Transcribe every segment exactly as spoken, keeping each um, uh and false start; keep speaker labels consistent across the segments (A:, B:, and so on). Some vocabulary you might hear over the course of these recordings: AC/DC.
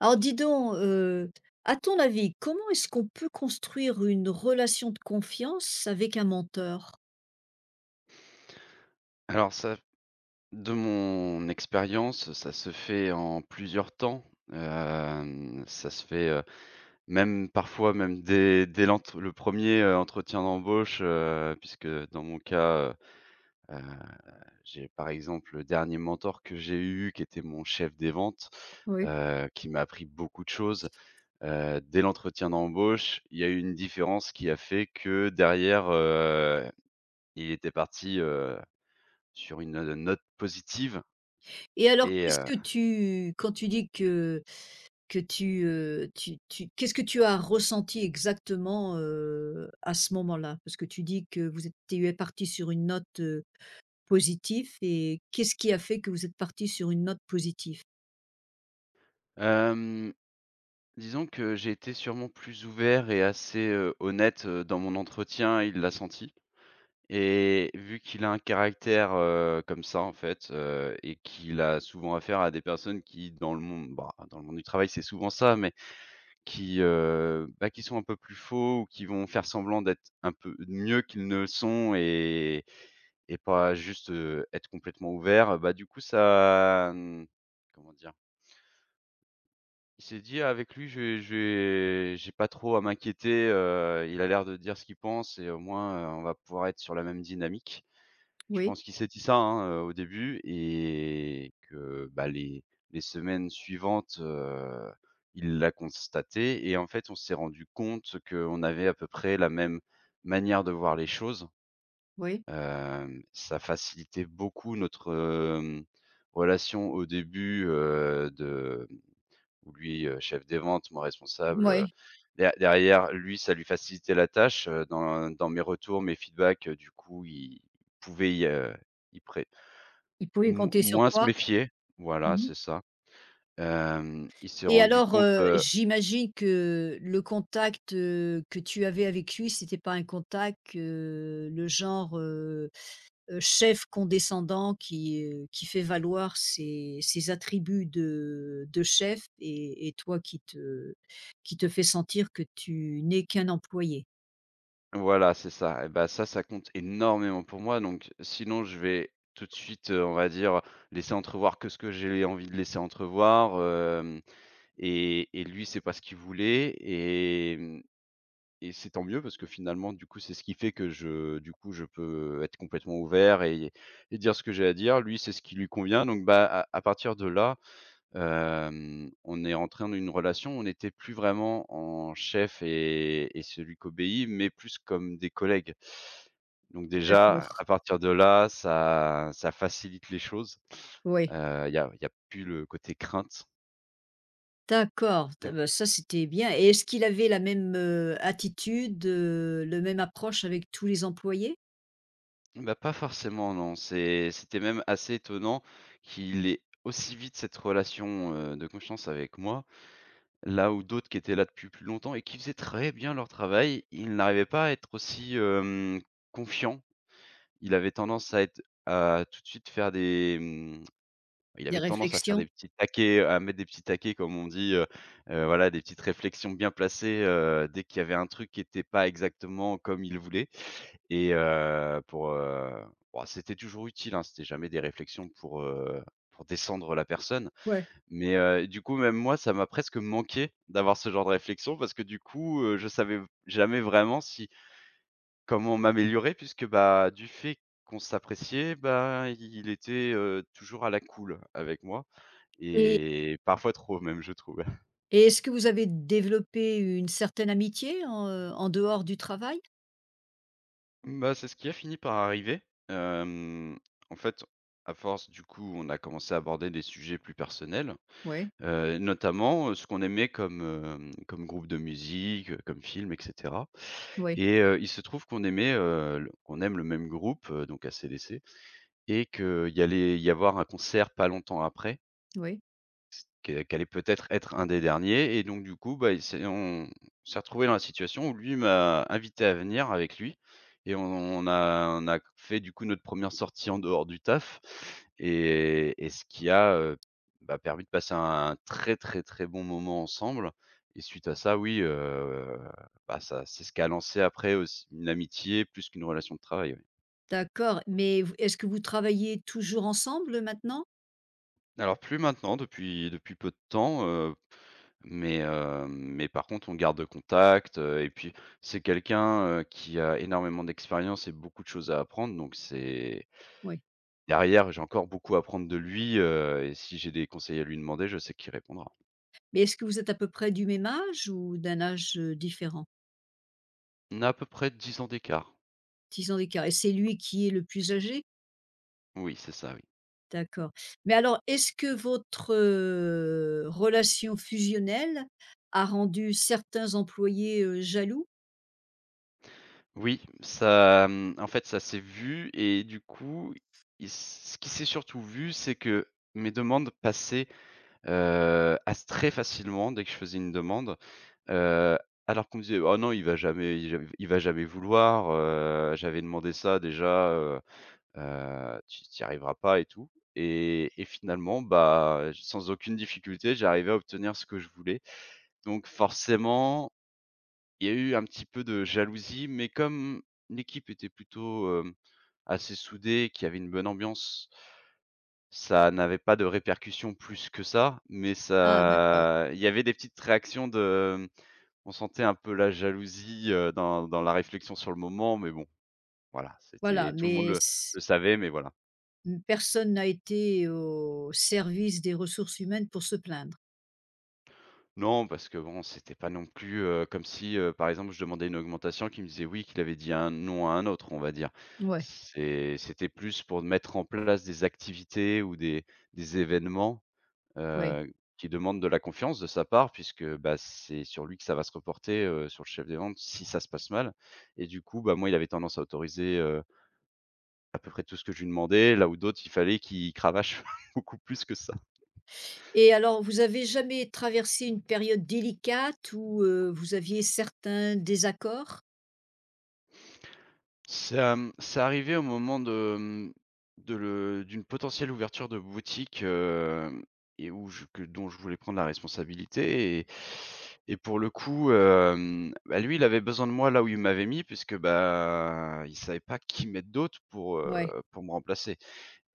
A: Alors dis donc, heu, à ton avis, comment est-ce qu'on peut construire une relation de confiance avec un menteur?
B: Alors ça, de mon expérience, ça se fait en plusieurs temps. Hem, ça se fait, heu, même parfois même dès dès l'ent le premier er entretien d'embauche, heu, puisque dans mon cas, heu, heu, j'ai par exemple le dernier mentor que j'ai eu qui était mon chef des ventes,
A: Oui.
B: heu, qui m'a appris beaucoup de choses. Heu, dès l'entretien d'embauche, il y a eu une différence qui a fait que derrière, heu, il était parti, heu, sur une, heu, note positive.
A: Et alors
B: Et
A: qu'est-ce
B: heu,
A: que tu quand tu dis que que tu, heu, tu tu qu'est-ce que tu as ressenti exactement, heu, à ce moment-là? Parce que tu dis que vous étiez partis sur une note, heu, positive et qu'est-ce qui a fait que vous êtes partis sur une note positive?
B: hem, disons que j'ai été sûrement plus ouvert et assez, heu, honnête, heu, dans mon entretien. Il l'a senti, et vu qu'il a un caractère, heu, comme ça en fait, heu et qu'il a souvent affaire à des personnes qui dans le monde bah, dans le monde du travail, c'est souvent ça, mais qui, heu, bah, qui sont un peu plus faux ou qui vont faire semblant d'être un peu mieux qu'ils ne le sont, et et pas juste, heu, être complètement ouvert, bah, du coup ça, mmh, comment dire? Il s'est dit: «Avec lui, je vais je vais j'ai pas trop à m'inquiéter, heu, il a l'air de dire ce qu'il pense, et au moins, heu, on va pouvoir être sur la même dynamique». Je
A: Oui,
B: pense qu'il s'est dit ça, hein, heu, au début, et que, bah, les les semaines suivantes, heu, il l'a constaté, et en fait, on s'est rendu compte qu'on avait à peu près la même manière de voir les choses.
A: oui.
B: Hem, ça facilitait beaucoup notre, hem, relation au début, heu, de où lui, heu, chef des ventes, mon responsable, heu,
A: Oui.
B: der derrière lui, ça lui facilitait la tâche, heu, dans dans mes retours, mes feedbacks, heu, du coup, il pouvait y, heu, y pré
A: Il pouvait
B: mo
A: compter sur
B: moins se
A: toi?
B: méfier. Voilà,
A: Mmh.
B: c'est ça. Hem, il s'est
A: Et
B: rendu
A: alors,
B: compte,
A: heu,
B: heu
A: j'imagine que le contact, heu, que tu avais avec lui, c'était pas un contact, heu, le genre, heu heu, chef condescendant qui, heu, qui fait valoir ses ses attributs de de chef et et toi qui te qui te fait sentir que tu n'es qu'un employé?
B: voilà, c'est ça. Et bah, ça, ça compte énormément pour moi, donc sinon je vais tout de suite, heu, on va dire, laisser entrevoir que ce que j'ai envie de laisser entrevoir. Hem Et et lui, c'est pas ce qu'il voulait. et mmh Et c'est tant mieux, parce que finalement, du coup, c'est ce qui fait que je du coup, je peux être complètement ouvert et et dire ce que j'ai à dire. Lui, c'est ce qui lui convient, donc bah, à à partir de là, hem, on est entré dans une relation. On n'était plus vraiment en chef et et celui qui obéit, mais plus comme des collègues. Donc déjà,
A: D'accord,
B: à partir de là, ça ça facilite les choses.
A: oui.
B: il y a il y a plus le côté crainte.
A: D'accord, t bah, ça, c'était bien et est-ce qu'il avait la même, heu, attitude, heu, le même approche avec tous les employés?
B: Bah, pas forcément non, c'est c'était même assez étonnant qu'il ait aussi vite cette relation, heu, de confiance avec moi. Là où d'autres qui étaient là depuis plus longtemps et qui faisaient très bien leur travail, ils n'arrivaient pas à être aussi, hem, confiants. Il avait tendance à être à tout de suite faire des, mmh, il
A: Des
B: avait tendance à faire
A: réflexions?
B: des petits taquets, à mettre des petits taquets comme on dit, heu heu, voilà, des petites réflexions bien placées, heu, dès qu'il y avait un truc qui était pas exactement comme il voulait, et heu, pour, heu, bon, c'était toujours utile, hein, c'était jamais des réflexions pour, heu, pour descendre la personne.
A: Ouais.
B: Mais, heu, du coup, même moi, ça m'a presque manqué d'avoir ce genre de réflexion, parce que du coup, heu, je savais jamais vraiment si comment m'améliorer, puisque, bah, du fait qu'on s'appréciait, bah, il était, heu, toujours à la cool avec moi, et parfois trop même, je trouve.
A: Et est-ce que vous avez développé une certaine amitié en, heu, en dehors du travail?
B: Bah, c'est ce qui a fini par arriver. Hem, En fait, à force, du coup, on a commencé à aborder des sujets plus personnels.
A: Oui,
B: Heu, notamment, heu, ce qu'on aimait comme, hem, comme groupe de musique, heu, comme film, et cetera.
A: oui,
B: Et heu, il se trouve qu'on aimait, heu, le qu'on aime le même groupe, heu, donc A C D C, et qu'il y allait y avoir un concert pas longtemps après
A: oui,
B: qu'elle qu'allait peut-être être un des derniers. Et donc du coup, bah, il s'est on s'est retrouvé dans la situation où lui m'a invité à venir avec lui, et on on a on a fait du coup notre première sortie en dehors du taf, et et ce qui a, heu, bah, permis de passer un très, très, très bon moment ensemble. Et suite à ça, oui, heu, bah, ça, c'est ce qui a lancé après aussi une amitié plus qu'une relation de travail, oui.
A: d'accord, mais v est-ce que vous travaillez toujours ensemble, maintenant?
B: Alors plus maintenant, depuis depuis peu de temps, heu Mais, heu, mais par contre, on garde contact, heu et puis c'est quelqu'un, heu, qui a énormément d'expérience et beaucoup de choses à apprendre, donc c'est,
A: Oui.
B: derrière, j'ai encore beaucoup à apprendre de lui, heu et si j'ai des conseils à lui demander, je sais qu'il répondra.
A: Mais est-ce que vous êtes à peu près du même âge ou d'un âge, heu, différent?
B: On a à peu près dix ans d'écart.
A: Dix ans d'écart et c'est lui qui est le plus âgé?
B: Oui, c'est ça, oui.
A: D'accord, mais alors est-ce que votre, heu, relation fusionnelle a rendu certains employés, heu, jaloux?
B: Oui, ça, mmh, en fait, ça s'est vu, et du coup, il s- ce qui s'est surtout vu, c'est que mes demandes passaient Heu, à s très facilement, dès que je faisais une demande, heu, alors qu'on me disait: «Oh non, il va jamais il ja il va jamais vouloir, heu, j'avais demandé ça déjà, heu heu, tu tu y arriveras pas et tout», et et finalement, bah, j sans aucune difficulté, j'arrivais à obtenir ce que je voulais. Donc forcément, il y a eu un petit peu de jalousie, mais comme l'équipe était plutôt, hem, assez soudée, qu'il y avait une bonne ambiance, ça n'avait pas de répercussions plus que ça. Mais
A: Ah d'accord,
B: ça, il y avait des petites réactions de, on sentait un peu la jalousie, heu, dans dans la réflexion sur le moment, mais bon, voilà,
A: voilà,
B: c'était, tout le monde
A: mais
B: le le savait, mais voilà.
A: mmh, personne n'a été au service des ressources humaines pour se plaindre.
B: Non, parce que bon, c'était pas non plus, heu, comme si, heu, par exemple, je demandais une augmentation, qu'il me disait oui, qu'il avait dit un non à un autre, on va dire.
A: Ouais,
B: C'est c'était plus pour mettre en place des activités ou des des événements.
A: ouais.
B: Heu, qui demande de la confiance de sa part, puisque, bah, c'est sur lui que ça va se reporter, heu, sur le chef des ventes si ça se passe mal, et du coup, bah, moi, il avait tendance à autoriser, heu, à peu près tout ce que je lui demandais, là où d'autres, il fallait qu'il cravache beaucoup plus que.
A: Et alors vous avez jamais traversé une période délicate où, heu, vous aviez certains désaccords?
B: Ça, mmh, c'est arrivé au moment de, mmh, de le d'une potentielle ouverture de boutique, hem et où je que dont je voulais prendre la responsabilité. et et pour le coup, hem, bah, lui, il avait besoin de moi là où il m'avait mis, puisque, bah, il savait pas qui mettre d'autre pour, heu,
A: Ouais.
B: pour me remplacer,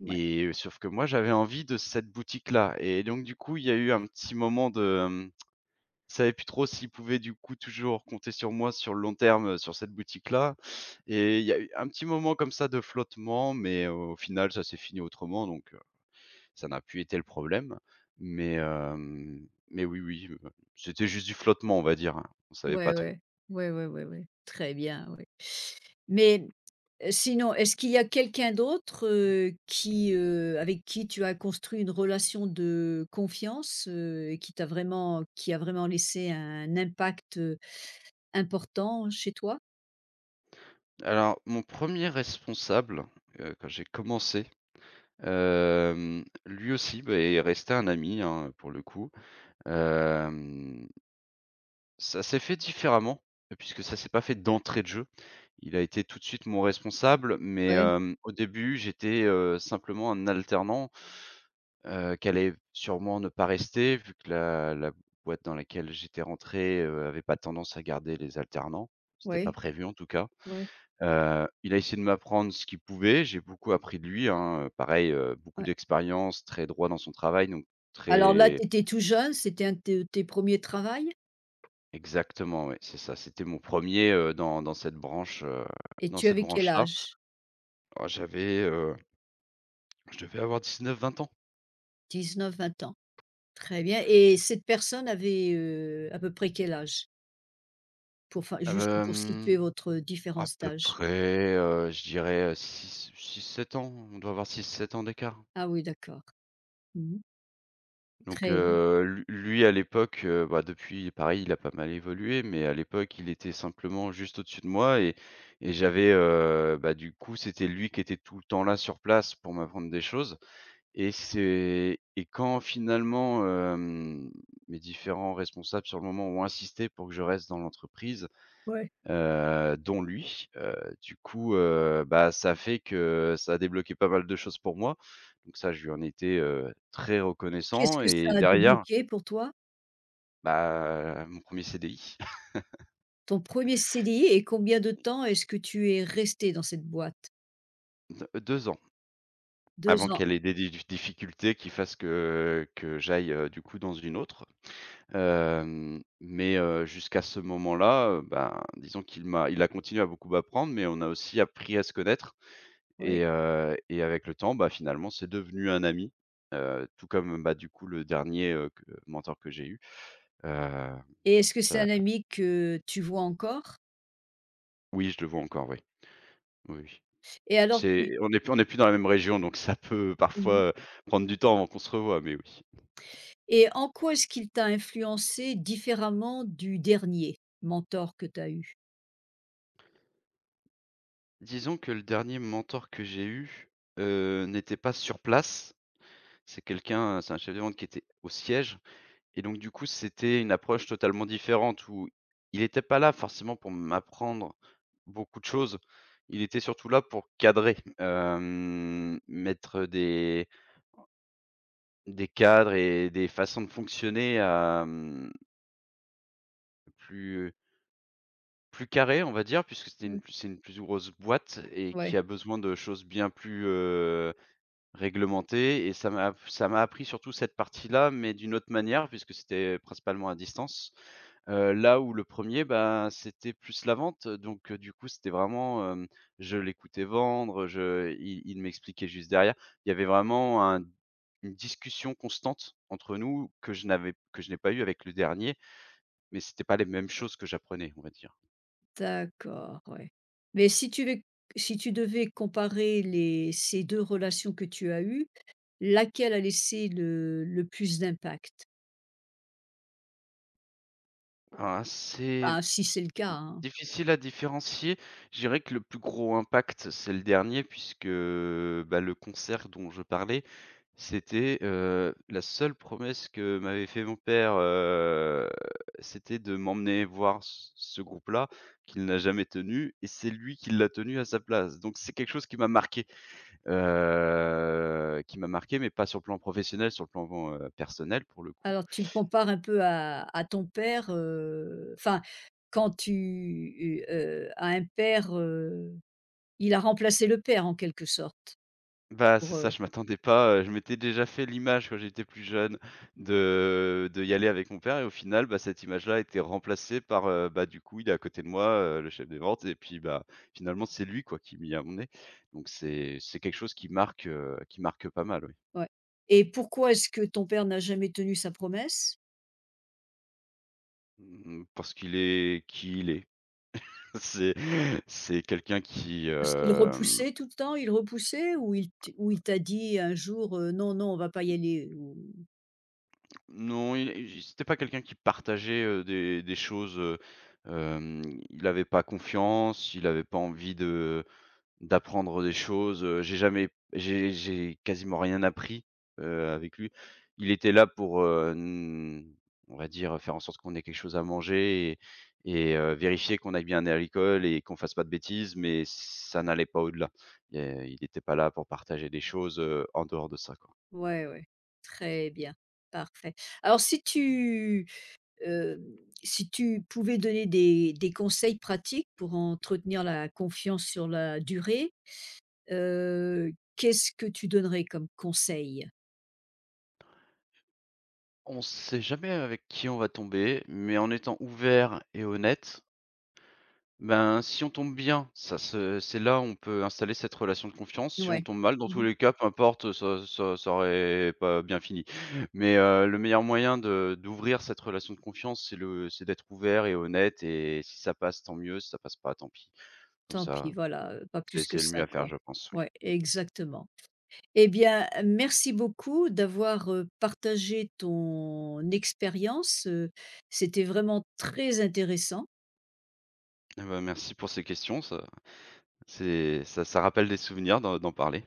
A: Ouais.
B: et euh, sauf que moi, j'avais envie de cette boutique-là, et donc du coup, il y a eu un petit moment de, mmh, je savais plus trop s'ils pouvaient du coup toujours compter sur moi sur le long terme, heu, sur cette boutique-là, et il y a eu un petit moment comme ça de flottement, mais euh, au final ça s'est fini autrement, donc heu, ça n'a plus été le problème. Mais hem, mais oui, oui, heu, c'était juste du flottement, on va dire, hein. On savait pas
A: Ouais,
B: trop.
A: ouais. Ouais, ouais, ouais, ouais. Très bien, ouais. Mais, heu, sinon, est-ce qu'il y a quelqu'un d'autre, heu, qui, heu, avec qui tu as construit une relation de confiance, heu, et qui t'a vraiment qui a vraiment laissé un impact, heu, important chez toi?
B: Alors mon premier responsable, heu, quand j'ai commencé, hem, lui aussi, bah, est resté un ami, hein, pour le coup. Hem, Ça s'est fait différemment, puisque ça s'est pas fait d'entrée de jeu. Il a été tout de suite mon responsable, mais
A: Ouais.
B: hem, au début, j'étais, heu, simplement un alternant, heu, qui allait sûrement ne pas rester vu que la la boîte dans laquelle j'étais rentré, heu, avait pas tendance à garder les alternants. C'était pas
A: Oui,
B: prévu en tout cas.
A: oui,
B: Heu, il a essayé de m'apprendre ce qu'il pouvait, j'ai beaucoup appris de lui, hein, heu, pareil, heu, beaucoup
A: ouais.
B: d'expérience, très droit dans son travail, donc
A: Alors là,
B: très.
A: tu étais tout jeune, c'était un de tes tes un travails
B: Exactement, ouais, c'est ça. C'était mon premier er dans dans cette branche, heu,
A: et
B: dans
A: tu
B: cette
A: avais quel
B: branche-là.
A: âge?
B: Oh, j'avais, heu, je devais avoir dix-neuf, vingt ans.
A: Dix neuf, vingt ans. Très bien et cette personne avait, heu, à peu près quel âge? Pour enfin,
B: Ah
A: juste
B: bah,
A: pour situer votre
B: à
A: différence
B: peu
A: d'âge.
B: près, heu, je dirais, six, sept ans. On doit avoir six, sept ans d'écart.
A: Ah oui, d'accord. Mmh.
B: Donc,
A: Très bien.
B: heu, lu lui à l'époque, heu, bah, depuis pareil, il a pas mal évolué, mais à l'époque, il était simplement juste au-dessus de moi, et et j'avais, heu, bah, du coup, c'était lui qui était tout le temps là sur place pour m'apprendre des choses, et c'est et quand finalement, hem, mes différents responsables sur le moment ont insisté pour que je reste dans l'entreprise.
A: Ouais.
B: Heu, dont lui, heu, du coup, heu, bah, ça fait que ça a débloqué pas mal de choses pour moi. Donc ça, je lui en étais, heu, très
A: Qu'est-ce
B: reconnaissant,
A: que ça
B: et
A: a
B: derrière,
A: débloqué pour toi?
B: bah, mon premier er C D I.
A: Ton premier C D I et combien de temps est-ce que tu es resté dans cette boîte?
B: De deux ans, avant
A: Deux ans,
B: qu'elle ait des di difficultés qui fassent que que j'aille, heu, du coup dans une autre. Hem, mais heu, jusqu'à ce moment-là, heu, ben, disons qu'il m'a il a continué à beaucoup m'apprendre, mais on a aussi appris à se connaître.
A: oui
B: Et heu et avec le temps, bah, finalement, c'est devenu un ami, heu, tout comme, bah, du coup, le dernier, heu, que mentor que j'ai eu, heu,
A: et est-ce que c'est
B: ça
A: un ami que tu vois encore?
B: oui, je le vois encore, oui. Oui, oui.
A: Et alors
B: C'est
A: tu
B: on n'est plus on est plus dans la même région, donc ça peut
A: mmh.
B: parfois prendre du temps avant qu'on se revoie, mais oui.
A: Et en quoi est-ce qu'il t'a influencé différemment du dernier mentor que tu as eu?
B: Disons que le dernier mentor que j'ai eu, heu, n'était pas sur place. C'est quelqu'un, c'est un chef de vente qui était au siège. Et donc du coup, c'était une approche totalement différente où il était pas là forcément pour m'apprendre beaucoup de choses. Il était surtout là pour cadrer, hem, mettre des des cadres et des façons de fonctionner, hem, plus plus carrées, on va dire, puisque c'était une
A: Ouais.
B: plus c'est une plus grosse boîte et qui
A: Ouais.
B: a besoin de choses bien plus, heu, réglementées, et ça m'a ça m'a appris surtout cette partie-là, mais d'une autre manière puisque c'était principalement à distance. Heu, là où le premier, ben, c'était plus la vente, donc heu, du coup, c'était vraiment, hem, je l'écoutais vendre, je il il m'expliquait juste derrière. Il y avait vraiment un une discussion constante entre nous que je n'avais que je n'ai pas eu avec le dernier, mais c'était pas les mêmes choses que j'apprenais, on va dire.
A: D'accord, ouais. Mais si tu veux, si tu devais comparer les ces deux relations que tu as eues, laquelle a laissé le le plus d'impact?
B: Ah, c'est
A: Enfin, si c'est le cas, hein.
B: Difficile à différencier. Je dirais que le plus gros impact, c'est le dernier puisque, bah, le concert dont je parlais, c'était, heu, la seule promesse que m'avait fait mon père, heu, c'était de m'emmener voir c ce groupe-là qu'il n'a jamais tenu, et c'est lui qui l'a tenu à sa place. Donc c'est quelque chose qui m'a marqué, heu, qui m'a marqué mais pas sur le plan professionnel, sur le plan, heu, personnel pour le coup.
A: Alors tu le compares un peu à à ton père, heu, enfin, quand tu, heu, à un père, heu, il a remplacé le père en quelque sorte
B: Bah, c'est
A: pour, heu.
B: ça, je m'attendais pas, heu, je m'étais déjà fait l'image quand j'étais plus jeune de de y aller avec mon père, et au final, bah, cette image-là a été remplacée par, heu, bah, du coup, il est à côté de moi, heu, le chef des ventes, et puis, bah, finalement, c'est lui, quoi, qui m'y a emmené. Donc c'est c'est quelque chose qui marque, heu, qui marque pas mal, oui.
A: Ouais. Et pourquoi est-ce que ton père n'a jamais tenu sa promesse?
B: Mmh mh, parce qu'il est qui il est. C'est c'est quelqu'un qui,
A: Parce qu'il
B: hem
A: repoussait tout le temps? Il repoussait ou il t ou il t'a dit un jour, heu: «Non, non, on va pas y aller» ou
B: non, il il c'était pas quelqu'un qui partageait, heu, des des choses, heu, hem, il avait pas confiance, il avait pas envie de d'apprendre des choses, heu, j'ai jamais j'ai j'ai quasiment rien appris, heu, avec lui. Il était là pour, heu, n on va dire, faire en sorte qu'on ait quelque chose à manger et et heu, vérifier qu'on aille bien aller à l'école et qu'on fasse pas de bêtises, mais ça n'allait pas au-delà. Il y était pas là pour partager des choses, heu, en dehors de ça, quoi.
A: ouais, ouais. Très bien, parfait. Alors si tu, hem, si tu pouvais donner des des conseils pratiques pour entretenir la confiance sur la durée, heu, qu'est-ce que tu donnerais comme conseil?
B: On sait jamais avec qui on va tomber, mais en étant ouvert et honnête, ben, si on tombe bien, ça se c'est là où on peut installer cette relation de confiance. Si on
A: Ouais.
B: tombe mal, dans tous
A: Mmh.
B: les cas, peu importe, ça ça ça aurait pas bien fini. Mais, heu, le meilleur moyen de d'ouvrir cette relation de confiance, c'est le c'est d'être ouvert et honnête, et si ça passe, tant mieux, si ça passe pas, tant pis. Comme
A: Tant pis,
B: ça,
A: voilà, heu, pas
B: c'est
A: plus que
B: c'est le mieux
A: ça,
B: à faire,
A: quoi.
B: je pense, oui.
A: Ouais, exactement. Eh bien, merci beaucoup d'avoir euh, partagé ton expérience. euh, C'était vraiment très intéressant.
B: Ah bah, merci pour ces questions, ça c'est ça ça rappelle des souvenirs d'en d'en parler.